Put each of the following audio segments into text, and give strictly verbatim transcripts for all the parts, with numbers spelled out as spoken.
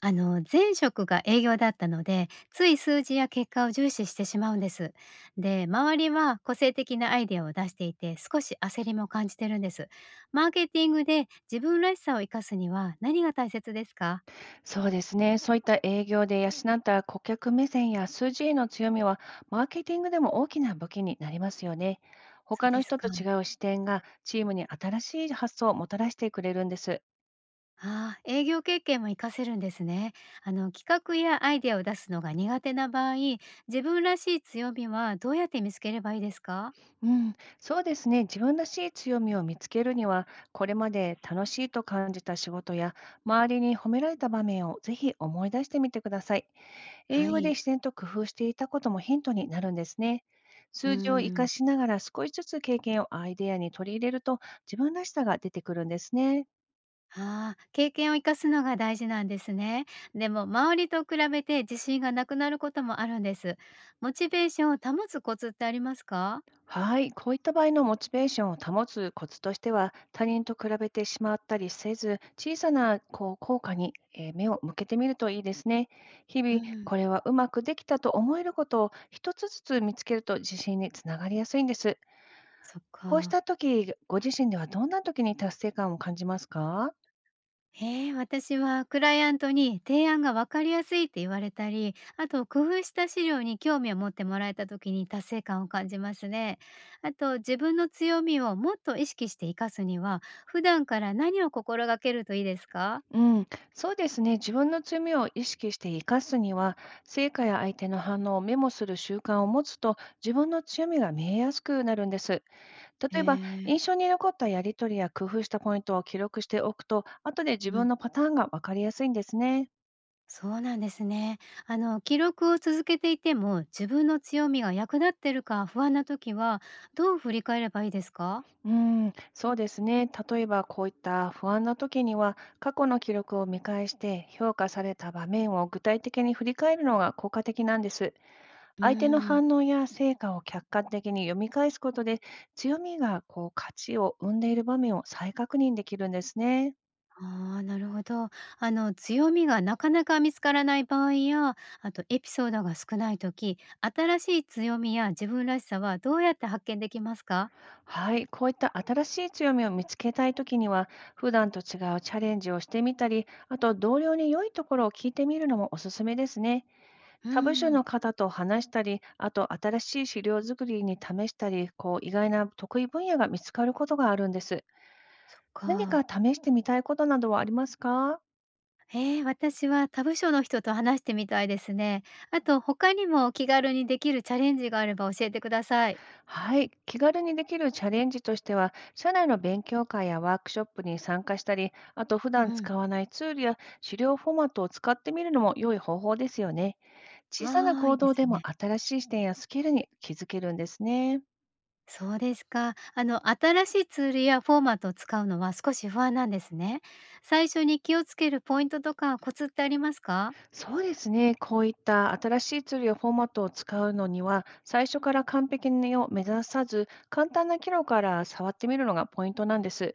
あの前職が営業だったのでつい数字や結果を重視してしまうんです。で周りは個性的なアイデアを出していて少し焦りも感じてるんです。マーケティングで自分らしさを生かすには何が大切ですか？そうですね。そういった営業で養った顧客目線や数字への強みは、マーケティングでも大きな武器になりますよね。そう他のです人か。と違う視点がチームに新しい発想をもたらしてくれるんです。ああ、営業経験も活かせるんですね。あの企画やアイデアを出すのが苦手な場合、自分らしい強みはどうやって見つければいいですか？うん、そうですね。自分らしい強みを見つけるには、これまで楽しいと感じた仕事や、周りに褒められた場面をぜひ思い出してみてください。英は語でい。自然と工夫していたこともヒントになるんですね。うー数字を活かん。しながら少しずつ経験をアイデアに取り入れると、自分らしさが出てくるんですね。ああ、経験を生かすのが大事なんですね。でも周りと比べて自信がなくなることもあるんです。モチベーションを保つコツってありますか？はい、こういった場合のモチベーションを保つコツとしては、他人と比べてしまったりせず、小さなこう効果にえー目を向けてみるといいですね。日う々、ん、これはうまくできたと思えることを一つずつ見つけると、自信につながりやすいんです。そっこうしか。た時、ご自身ではどんな時に達成感を感じますか？へえ、私はクライアントに提案が分かりやすいって言われたり、あと工夫した資料に興味を持ってもらえた時に達成感を感じますね。あと自分の強みをもっと意識して活かすには、普段から何を心がけるといいですか？うん、そうですね。自分の強みを意識して生かすには、成果や相手の反応をメモする習慣を持つと、自分の強みが見えやすくなるんです。へ例えば、え。印象に残ったやりとりや工夫したポイントを記録しておくと、後で自う分ん。のパターンが分かりやすいんですね。そうなんですね。あの記録を続けていても自分の強みが役立ってるか不安な時は、どう振り返ればいいですか？うん、そうですね。例えば、こういった不安な時には、過去の記録を見返して、評価された場面を具体的に振り返るのが効果的なんです。うー相手のん。反応や成果を客観的に読み返すことで、強みがこう価値を生んでいる場面を再確認できるんですね。ああー、なるほど。あの強みがなかなか見つからない場合や、あとエピソードが少ない時、新しい強みや自分らしさはどうやって発見できますか？はい、こういった新しい強みを見つけたいときには、普段と違うチャレンジをしてみたり、あと同僚に良いところを聞いてみるのもおすすめですね。うー他部署ん。の方と話したり、あと新しい資料作りに試したり、こう意外な得意分野が見つかることがあるんです。そっ何かか。試してみたいことなどはありますか？えー、私は他部署の人と話してみたいですね。あと他にも気軽にできるチャレンジがあれば教えてください。はい、気軽にできるチャレンジとしては、社内の勉強会やワークショップに参加したり、あと普う段ん。使わないツールや資料フォーマットを使ってみるのも良い方法ですよね。小さなああ、い行いで動すでもね。新しい視点やスキルに気づけるんですね。そうですか。あの、新しいツールやフォーマットを使うのは少し不安なんですね。最初に気をつけるポイントとかコツってありますか？そうですね。こういった新しいツールやフォーマットを使うのには、最初から完璧を目指さず、簡単な機能から触ってみるのがポイントなんです。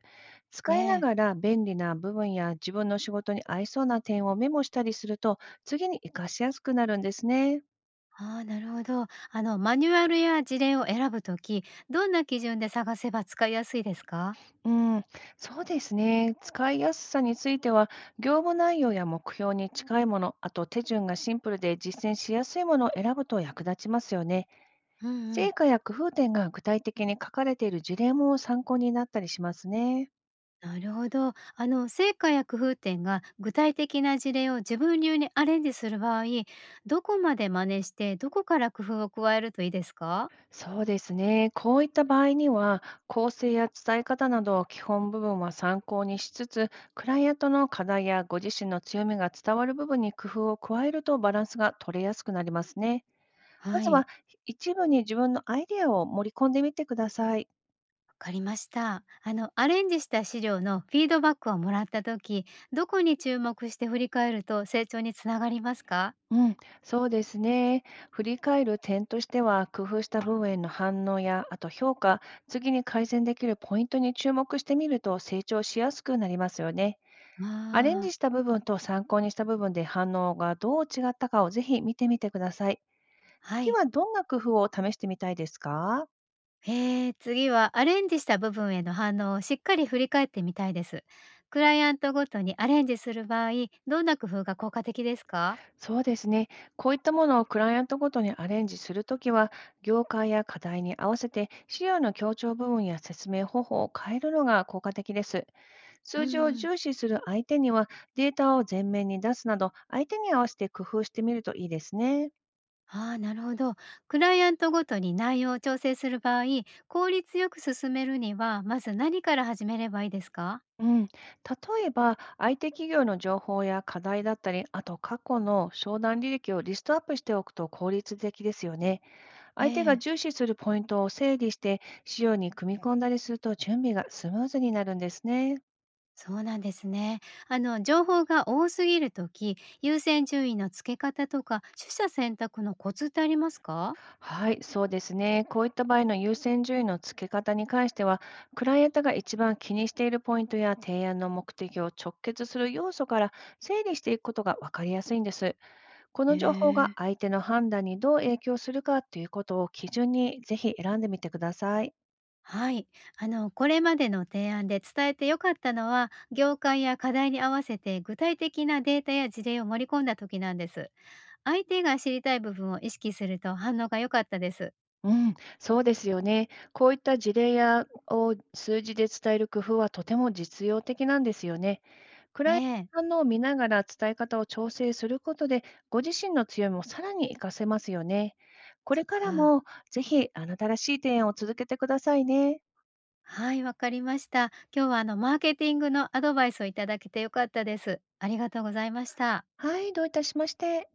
え使いなえ。がら便利な部分や自分の仕事に合いそうな点をメモしたりすると、次に活かしやすくなるんですね。ああ、なるほど。あの、マニュアルや事例を選ぶとき、どんな基準で探せば使いやすいですか？うん、そうですね。使いやすさについては、業務内容や目標に近いもの、あと手順がシンプルで実践しやすいものを選ぶと役立ちますよね。うんう成ん。果や工夫点が具体的に書かれている事例も参考になったりしますね。なるほど。あの、成果や工夫点が具体的な事例を自分流にアレンジする場合、どこまで真似して、どこから工夫を加えるといいですか？そうですね。こういった場合には、構成や伝え方など基本部分は参考にしつつ、クライアントの課題やご自身の強みが伝わる部分に工夫を加えると、バランスが取れやすくなりますね。はまずい。は一部に自分のアイデアを盛り込んでみてください。わかりました。あの、アレンジした資料のフィードバックをもらった時、どこに注目して振り返ると成長につながりますか？うん、そうですね。振り返る点としては、工夫した部分への反応や、あと評価、次に改善できるポイントに注目してみると、成長しやすくなりますよね。アレンジああ、した部分と参考にした部分で反応がどう違ったかを、ぜひ見てみてください。は次い。はどんな工夫を試してみたいですか？えー、次はアレンジした部分への反応をしっかり振り返ってみたいです。クライアントごとにアレンジする場合、どんな工夫が効果的ですか？そうですね。こういったものをクライアントごとにアレンジするときは、業界や課題に合わせて資料の強調部分や説明方法を変えるのが効果的です。う数字をん。重視する相手には、データを前面に出すなど、相手に合わせて工夫してみるといいですね。ああ、なるほど。クライアントごとに内容を調整する場合、効率よく進めるには、まず何から始めればいいですか？うん、例えば、相手企業の情報や課題だったり、あと過去の商談履歴をリストアップしておくと効率的ですよね。え相手がえ。重視するポイントを整理して、資料に組み込んだりすると準備がスムーズになるんですね。そうなんですね。あの情報が多すぎるとき、優先順位の付け方とか、取捨選択のコツってありますか？はい、そうですね。こういった場合の優先順位の付け方に関しては、クライアントが一番気にしているポイントや提案の目的を直結する要素から整理していくことが分かりやすいんです。こへの情報がえ。相手の判断にどう影響するかということを基準に、ぜひ選んでみてください。はい。あの、これまでの提案で伝えて良かったのは、業界や課題に合わせて具体的なデータや事例を盛り込んだ時なんです。相手が知りたい部分を意識すると反応が良かったです。うん、そうですよね。こういった事例やを数字で伝える工夫は、とても実用的なんですよね。クえライえ、アントの反応を見ながら伝え方を調整することで、ご自身の強みもさらに活かせますよね。こそっれからか。もぜひ、あなたらしい提案を続けてくださいね。はい、わかりました。今日はあのマーケティングのアドバイスをいただけて良かったです。ありがとうございました。はい、どういたしまして。